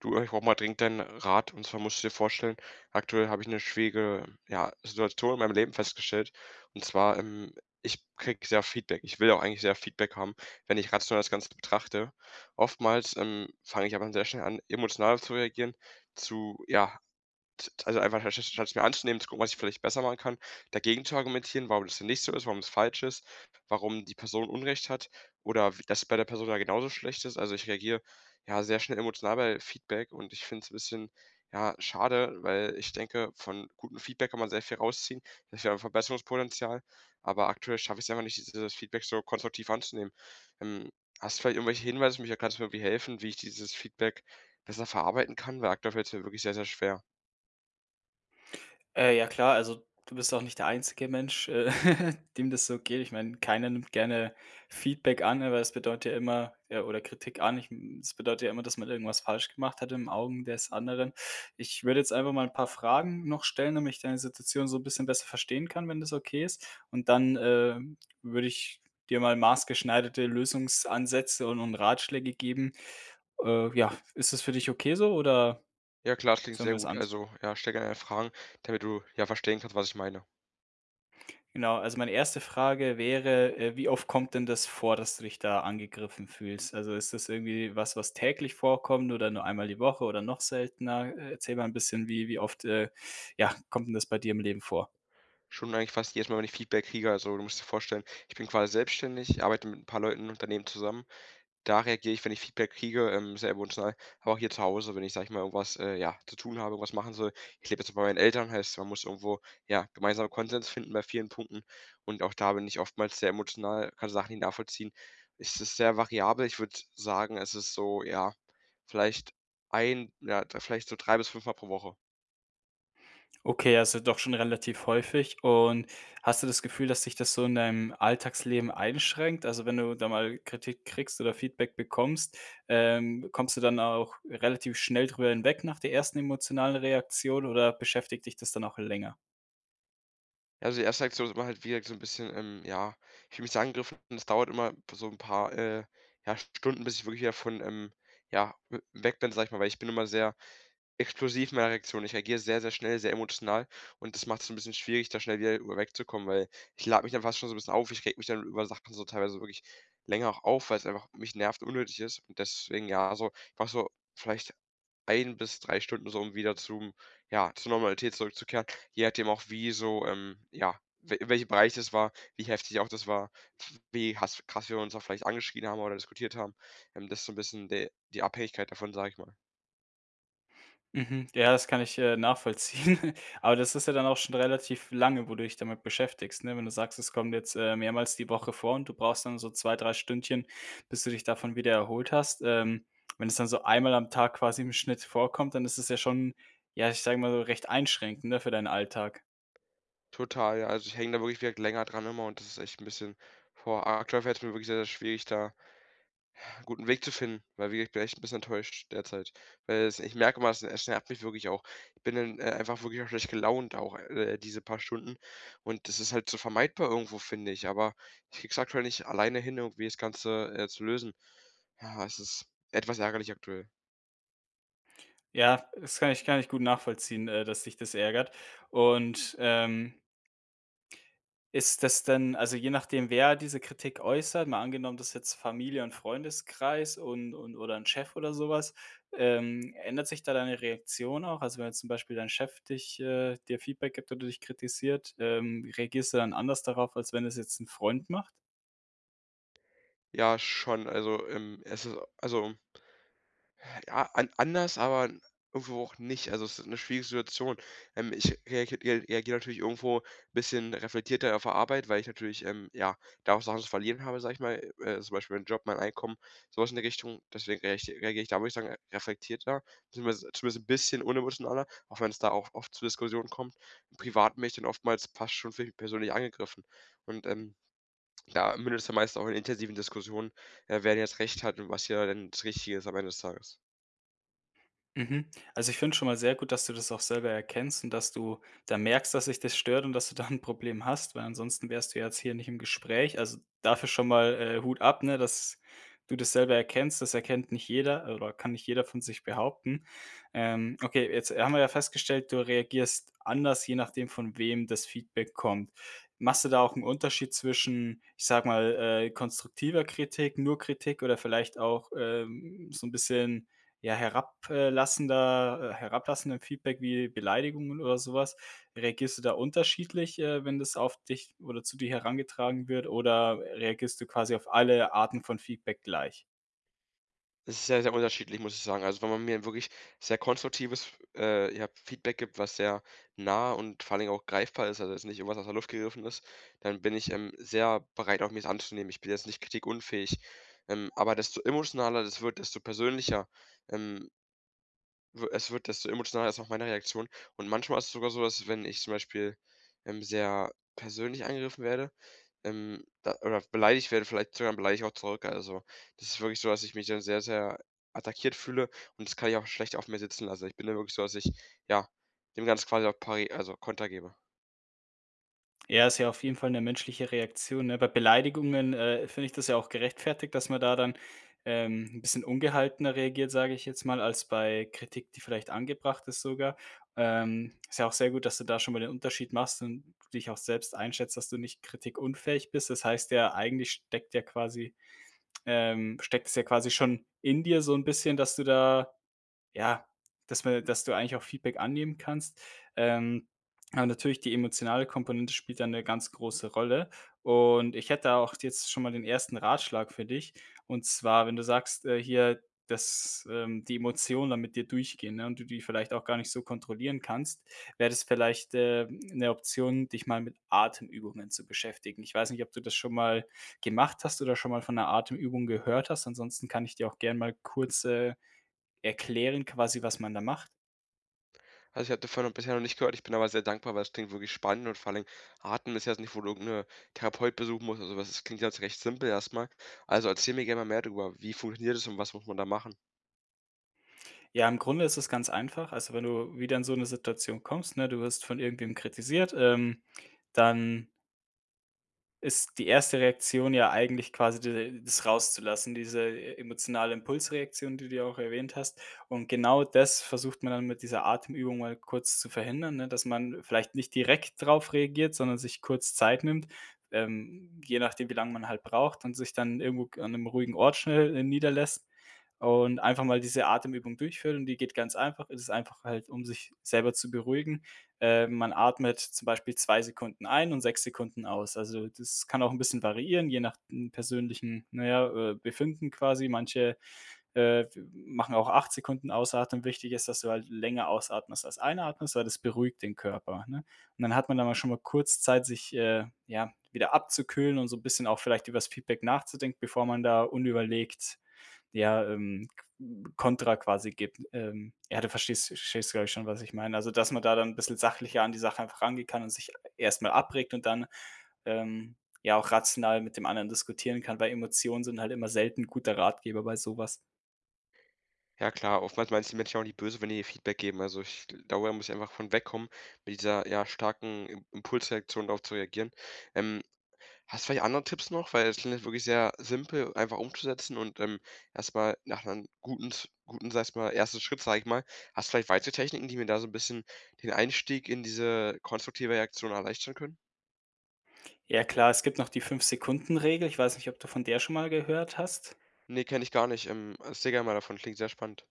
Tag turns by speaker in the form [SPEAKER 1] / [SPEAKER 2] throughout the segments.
[SPEAKER 1] Du, ich brauche mal dringend deinen Rat. Und zwar musst du dir vorstellen, aktuell habe ich eine schwierige, ja, Situation in meinem Leben festgestellt. Und zwar, ich kriege sehr Feedback. Ich will auch eigentlich sehr Feedback haben, wenn ich rational das Ganze betrachte. Oftmals, fange ich aber sehr schnell an, emotional zu reagieren, zu, ja, T also einfach statt es mir anzunehmen, zu gucken, was ich vielleicht besser machen kann, dagegen zu argumentieren, warum das denn nicht so ist, warum es falsch ist, warum die Person Unrecht hat oder w dass es bei der Person ja genauso schlecht ist. Also, ich reagiere, ja, sehr schnell emotional bei Feedback und ich finde es ein bisschen, ja, schade, weil ich denke, von gutem Feedback kann man sehr viel rausziehen. Da ist ja Verbesserungspotenzial, aber aktuell schaffe ich es einfach nicht, dieses Feedback so konstruktiv anzunehmen. Ähm, hast du vielleicht irgendwelche Hinweise für mich oder kannst du mir irgendwie helfen, wie ich dieses Feedback besser verarbeiten kann? Weil aktuell fällt es mir wirklich sehr, sehr schwer.
[SPEAKER 2] Ja klar, also du bist auch nicht der einzige Mensch, dem das so geht. Ich meine, keiner nimmt gerne Feedback an, aber es bedeutet ja immer oder Kritik an. Das bedeutet ja immer, dass man irgendwas falsch gemacht hat im Augen des anderen. Ich würde jetzt einfach mal ein paar Fragen noch stellen, damit ich deine Situation so ein bisschen besser verstehen kann, wenn das okay ist. Und dann würde ich dir mal maßgeschneiderte Lösungsansätze und Ratschläge geben. Ja, ist das für dich okay so oder
[SPEAKER 1] Ja klar, das klingt
[SPEAKER 2] sollen
[SPEAKER 1] sehr
[SPEAKER 2] wir es
[SPEAKER 1] gut.
[SPEAKER 2] anders.
[SPEAKER 1] Also, ja, stell gerne Fragen, damit du, ja, verstehen kannst, was ich meine.
[SPEAKER 2] Genau, also meine erste Frage wäre, wie oft kommt denn das vor, dass du dich da angegriffen fühlst? Also, ist das irgendwie was, was täglich vorkommt oder nur einmal die Woche oder noch seltener? Erzähl mal ein bisschen, wie oft, ja, kommt denn das bei dir im Leben vor?
[SPEAKER 1] Schon eigentlich fast jedes Mal, wenn ich Feedback kriege, also, du musst dir vorstellen, ich bin quasi selbstständig, arbeite mit ein paar Leuten im Unternehmen zusammen. Da reagiere ich, wenn ich Feedback kriege, sehr emotional. Aber auch hier zu Hause, wenn ich, sage ich mal, irgendwas, ja, zu tun habe, irgendwas machen soll. Ich lebe jetzt bei meinen Eltern, heißt, man muss irgendwo, ja, gemeinsam Konsens finden bei vielen Punkten. Und auch da bin ich oftmals sehr emotional, kann Sachen nicht nachvollziehen. Es ist sehr variabel. Ich würde sagen, es ist so, ja, vielleicht ein, ja, vielleicht so 3 bis fünfmal pro Woche.
[SPEAKER 2] Okay, also doch schon relativ häufig. Und hast du das Gefühl, dass sich das so in deinem Alltagsleben einschränkt? Also, wenn du da mal Kritik kriegst oder Feedback bekommst, kommst du dann auch relativ schnell drüber hinweg nach der ersten emotionalen Reaktion oder beschäftigt dich das dann auch länger?
[SPEAKER 1] Ja, also die erste Reaktion ist immer halt wieder so ein bisschen, ja, ich fühle mich da angegriffen und es dauert immer so ein paar, ja, Stunden, bis ich wirklich davon ja, w weg bin, sag ich mal, weil ich bin immer sehr explosiv meine Reaktion. Ich reagiere sehr, sehr schnell, sehr emotional und das macht es ein bisschen schwierig, da schnell wieder drüber wegzukommen, weil ich lade mich dann fast schon so ein bisschen auf. Ich rege mich dann über Sachen so teilweise wirklich länger auch auf, weil es einfach mich nervt und unnötig ist. Und deswegen, ja, so ich brauche so vielleicht ein bis 3 Stunden so, um wieder zum, ja, zur Normalität zurückzukehren, je nachdem auch, wie so, ja, we in welchem Bereich das war, wie heftig auch das war, wie hass krass wir uns auch vielleicht angeschrien haben oder diskutiert haben. Das ist so ein bisschen de die Abhängigkeit davon, sage ich mal.
[SPEAKER 2] Mhm. Ja, das kann ich nachvollziehen. Aber das ist ja dann auch schon relativ lange, wo du dich damit beschäftigst, ne? Wenn du sagst, es kommt jetzt, mehrmals die Woche vor und du brauchst dann so 2 3 Stündchen, bis du dich davon wieder erholt hast. Wenn es dann so einmal am Tag quasi im Schnitt vorkommt, dann ist es ja schon, ja, ich sage mal so, recht einschränkend, ne, für deinen Alltag.
[SPEAKER 1] Total, ja. Also, ich hänge da wirklich, wie länger dran immer und das ist echt ein bisschen boah, aktuell fällt es mir wirklich sehr, sehr schwierig, da 'n guten Weg zu finden, weil wie gesagt, ich bin echt 'n bisschen enttäuscht derzeit. Weil es ich merke mal es nervt mich wirklich auch. Ich bin dann, einfach wirklich auch schlecht gelaunt auch, diese paar Stunden und das ist halt so vermeidbar irgendwo, finde ich, aber ich kriege aktuell nicht alleine hin, irgendwie das Ganze, zu lösen. Ja, es ist etwas ärgerlich aktuell.
[SPEAKER 2] Ja, das kann ich gut nachvollziehen, dass dich das ärgert. Und, ist das dann also, je nachdem, wer diese Kritik äußert, mal angenommen, das ist jetzt Familie und Freundeskreis und oder ein Chef oder sowas, ändert sich da deine Reaktion auch? Also, wenn jetzt zum Beispiel dein Chef dich dir Feedback gibt oder dich kritisiert, reagierst du dann anders darauf, als wenn es jetzt ein Freund macht?
[SPEAKER 1] Ja, schon, also, es ist also, ja, an anders, aber irgendwo auch nicht. Also, es ist eine schwierige Situation. Ich reagiere rea natürlich irgendwo ein bisschen reflektierter auf der Arbeit, weil ich natürlich, ja, da auch Sachen zu verlieren habe, sage ich mal, zum Beispiel meinen Job, mein Einkommen, sowas in der Richtung. Deswegen reagiere ich da, würde ich sagen, reflektierter, beziehungsweise zumindest ein bisschen unemotionaler, auch wenn es da auch oft zu Diskussionen kommt. Privaten bin ich dann oftmals fast schon für mich persönlich angegriffen. Und, da mündet es dann meist auch in intensiven Diskussionen, wer denn jetzt recht hat und was hier denn das Richtige ist am Ende des Tages.
[SPEAKER 2] Mhm. Also, ich finde schon mal sehr gut, dass du das auch selber erkennst und dass du da merkst, dass sich das stört und dass du da ein Problem hast, weil ansonsten wärst du ja jetzt hier nicht im Gespräch. Also, dafür schon mal, Hut ab, ne, dass du das selber erkennst. Das erkennt nicht jeder oder kann nicht jeder von sich behaupten. Okay, jetzt haben wir ja festgestellt, du reagierst anders, je nachdem, von wem das Feedback kommt. Machst du da auch einen Unterschied zwischen, ich sag mal, konstruktiver Kritik, nur Kritik oder vielleicht auch, so ein bisschen ja, herablassender herablassendem Feedback wie Beleidigungen oder sowas? Reagierst du da unterschiedlich, wenn das auf dich oder zu dir herangetragen wird oder reagierst du quasi auf alle Arten von Feedback gleich?
[SPEAKER 1] Es ist sehr, sehr unterschiedlich, muss ich sagen. Also, wenn man mir 'n wirklich sehr konstruktives, ja, Feedback gibt, was sehr nah und vor allem auch greifbar ist, also, jetzt nicht irgendwas aus der Luft gegriffen ist, dann bin ich, sehr bereit, auch mir das anzunehmen. Ich bin jetzt nicht kritikunfähig. Aber desto emotionaler das wird, desto persönlicher, ähm, W es wird, desto emotionaler ist auch meine Reaktion. Und manchmal ist es sogar so, dass wenn ich zum Beispiel, sehr persönlich angegriffen werde, da oder beleidigt werde, vielleicht sogar beleidigt auch zurück. Also, das ist wirklich so, dass ich mich dann sehr, sehr attackiert fühle und das kann ich auch schlecht auf mir sitzen lassen. Ich bin dann wirklich so, dass ich, ja, dem Ganzen quasi auch pari also Konter gebe.
[SPEAKER 2] Ja, ist ja auf jeden Fall eine menschliche Reaktion, ne? Bei Beleidigungen, finde ich das ja auch gerechtfertigt, dass man da dann, 'n bisschen ungehaltener reagiert, sage ich jetzt mal, als bei Kritik, die vielleicht angebracht ist sogar. Ist ja auch sehr gut, dass du da schon mal den Unterschied machst und dich auch selbst einschätzt, dass du nicht kritikunfähig bist. Das heißt ja, eigentlich steckt es ja quasi schon in dir so ein bisschen, dass du da ja, dass du eigentlich auch Feedback annehmen kannst. Ähm, aber natürlich die emotionale Komponente spielt da eine ganz große Rolle. Und ich hätte da auch jetzt schon mal den ersten Ratschlag für dich. Und zwar, wenn du sagst, hier, dass, die Emotionen dann mit dir durchgehen, ne, und du die vielleicht auch gar nicht so kontrollieren kannst, wäre das vielleicht, 'ne Option, dich mal mit Atemübungen zu beschäftigen. Ich weiß nicht, ob du das schon mal gemacht hast oder schon mal von einer Atemübung gehört hast. Ansonsten kann ich dir auch gern mal kurz, erklären quasi, was man da macht?
[SPEAKER 1] Also, ich habe davon noch bisher noch nicht gehört. Ich bin aber sehr dankbar, weil es klingt wirklich spannend und vor allen Dingen Atmen ist ja jetzt nicht, wo du irgendeine Therapeut besuchen musst. Also was, das klingt jetzt recht simpel erstmal. Also, erzähl mir gerne mal mehr darüber. Wie funktioniert es und was muss man da machen?
[SPEAKER 2] Ja, im Grunde ist es ganz einfach. Also, wenn du wieder in so 'ne Situation kommst, ne, du wirst von irgendwem kritisiert, dann ist die erste Reaktion ja eigentlich quasi d das rauszulassen, diese e emotionale Impulsreaktion, die du ja auch erwähnt hast. Und genau das versucht man dann mit dieser Atemübung mal kurz zu verhindern, ne, dass man vielleicht nicht direkt drauf reagiert, sondern sich kurz Zeit nimmt, je nachdem, wie lange man halt braucht und sich dann irgendwo an einem ruhigen Ort schnell, niederlässt und einfach mal diese Atemübung durchführt und die geht ganz einfach. Es ist einfach halt, um sich selber zu beruhigen. Man atmet zum Beispiel 2 Sekunden ein und 6 Sekunden aus. Also, das kann auch ein bisschen variieren, je nach, persönlichen, naja, Befinden quasi. Manche, äh, machen auch 8 Sekunden ausatmen. Wichtig ist, dass du halt länger ausatmest als einatmest, weil das beruhigt den Körper, ne? Und dann hat man da mal schon mal kurz Zeit, sich, ja, wieder abzukühlen und so ein bisschen auch vielleicht über das Feedback nachzudenken, bevor man da unüberlegt ja, Kontra quasi gibt. Ja, du verstehst, glaube ich, schon, was ich meine. Also, dass man da dann ein bisschen sachlicher an die Sache einfach rangehen kann und sich erstmal abregt und dann, ähm, ja auch rational mit dem anderen diskutieren kann, weil Emotionen sind halt immer selten ein guter Ratgeber bei sowas.
[SPEAKER 1] Ja klar, oftmals meinen es die Menschen auch nicht böse, wenn die ihr Feedback geben. Also, ich glaube, da muss ich einfach von wegkommen, mit dieser, ja, starken Im Impulsreaktion darauf zu reagieren. Ähm Hast du vielleicht andere Tipps noch? Weil es klingt jetzt wirklich sehr simpel, einfach umzusetzen und, erst nach einem guten, sag ich mal, ersten Schritt, sage ich mal. Hast du vielleicht weitere Techniken, die mir da so ein bisschen den Einstieg in diese konstruktive Reaktion erleichtern können?
[SPEAKER 2] Ja klar, es gibt noch die 5 Sekunden Regel. Ich weiß nicht, ob du von der schon mal gehört hast?
[SPEAKER 1] Ne, kenne ich gar nicht. Erzähl gerne mal davon, klingt sehr spannend.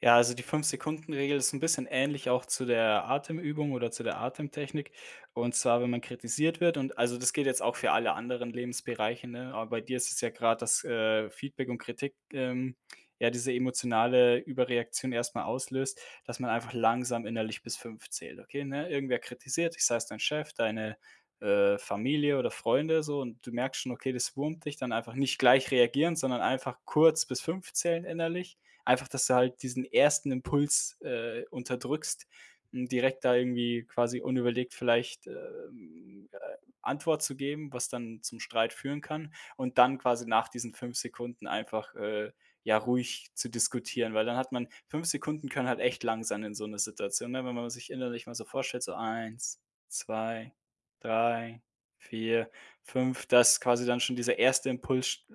[SPEAKER 2] Ja, also die 5-Sekunden-Regel ist ein bisschen ähnlich auch zu der Atemübung oder zu der Atemtechnik. Und zwar, wenn man kritisiert wird und also, das geht jetzt auch für alle anderen Lebensbereiche, ne? Aber bei dir ist es ja gerade das, Feedback und Kritik, ja, diese emotionale Überreaktion erstmal auslöst, dass man einfach langsam innerlich bis 5 zählt, okay, ne? Irgendwer kritisiert ich, sei es dein Chef, deine Familie oder Freunde so und du merkst schon, okay, das wurmt dich, dann einfach nicht gleich reagieren, sondern einfach kurz bis 5 zählen innerlich. Einfach, dass du halt diesen ersten Impuls unterdrückst, direkt da irgendwie quasi unüberlegt vielleicht, Antwort zu geben, was dann zum Streit führen kann und dann quasi nach diesen 5 Sekunden einfach, ja, ruhig zu diskutieren, weil dann hat man 5 Sekunden können halt echt lang sein in so 'ner Situation, ne? Wenn man sich innerlich mal so vorstellt, so eins, 2, 3, 4, 5, dass quasi dann schon dieser erste Impuls sch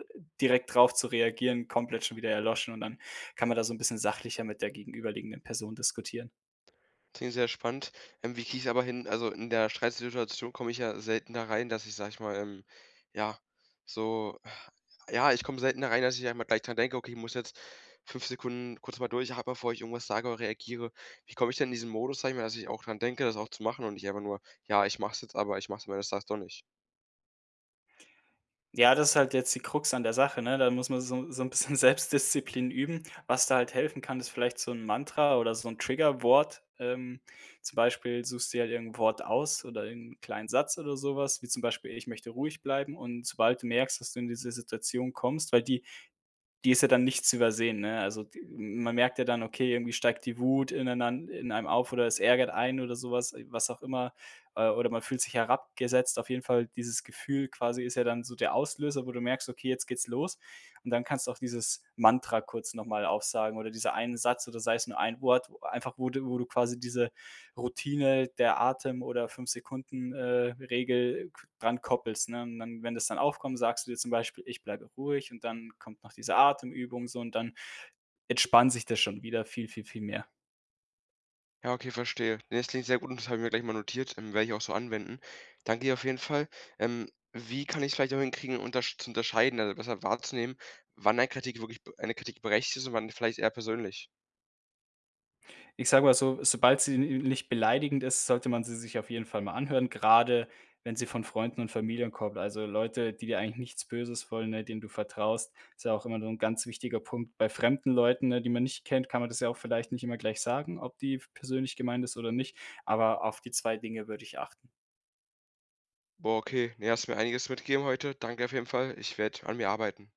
[SPEAKER 2] direkt drauf zu reagieren komplett schon wieder erloschen und dann kann man da so ein bisschen sachlicher mit der gegenüberliegenden Person diskutieren.
[SPEAKER 1] Klingt sehr spannend. Wie kriege ich es aber hin, also, in der Streitsituation komme ich ja selten da rein, dass ich, sage ich mal, ja, so, ja, ich komme selten da rein, dass ich einmal gleich dran denke: „Okay, ich muss jetzt 5 Sekunden kurz mal durchatmen, bevor ich irgendwas sage oder reagiere.“ Wie komme ich denn in diesen Modus, sage ich mal, dass ich auch dran denke, das auch zu machen und nicht einfach nur: „Ja, ich mache es jetzt, aber ich mache es am Ende des Tages doch nicht?“
[SPEAKER 2] Ja, das ist halt jetzt die Krux an der Sache, ne? Da muss man so ein bisschen Selbstdisziplin üben. Was da halt helfen kann, ist vielleicht so ein Mantra oder so ein Triggerwort. Zum Beispiel suchst du dir halt irgendein Wort aus oder irgend kleinen Satz oder sowas wie zum Beispiel: „Ich möchte ruhig bleiben.“ Und sobald du merkst, dass du in diese Situation kommst, weil die ist ja dann nichts zu übersehen, ne? Also, d man merkt ja dann, okay, irgendwie steigt die Wut ineinander in einem auf oder es ärgert einen oder sowas was, auch immer, oder man fühlt sich herabgesetzt. Auf jeden Fall dieses Gefühl quasi ist ja dann so der Auslöser, wo du merkst: „Okay, jetzt geht's los.“ Und dann kannst du auch dieses Mantra kurz noch mal aufsagen oder dieser einen Satz oder sei es nur ein Wort, wo einfach wo du quasi diese Routine der Atem oder 5 Sekunden Regel dran koppelst, ne? Und dann, wenn das dann aufkommt, sagst du dir zum Beispiel: „Ich bleibe ruhig“ und dann kommt noch diese Atemübung so und dann entspannt sich das schon wieder viel, viel, viel mehr.
[SPEAKER 1] Ja, okay, verstehe. Ne, das klingt sehr gut und das habe ich mir gleich mal notiert, werde ich auch so anwenden. Danke dir auf jeden Fall. Wie kann ich es vielleicht auch hinkriegen, untersch zu unterscheiden, also besser wahrzunehmen, wann eine Kritik wirklich eine Kritik berechtigt ist und wann vielleicht eher persönlich?
[SPEAKER 2] Ich sage mal so, sobald sie nicht beleidigend ist, sollte man sie sich auf jeden Fall mal anhören, gerade wenn sie von Freunden und Familien kommt. Also, Leute, die dir eigentlich nichts Böses wollen, ne, denen du vertraust, ist ja auch immer so ein ganz wichtiger Punkt. Bei fremden Leuten, ne, die man nicht kennt, kann man das ja auch vielleicht nicht immer gleich sagen, ob die persönlich gemeint ist oder nicht, aber auf die 2 Dinge würde ich achten.
[SPEAKER 1] Boah, okay. Ne, hast mir einiges mitgegeben heute. Danke auf jeden Fall. Ich werde an mir arbeiten.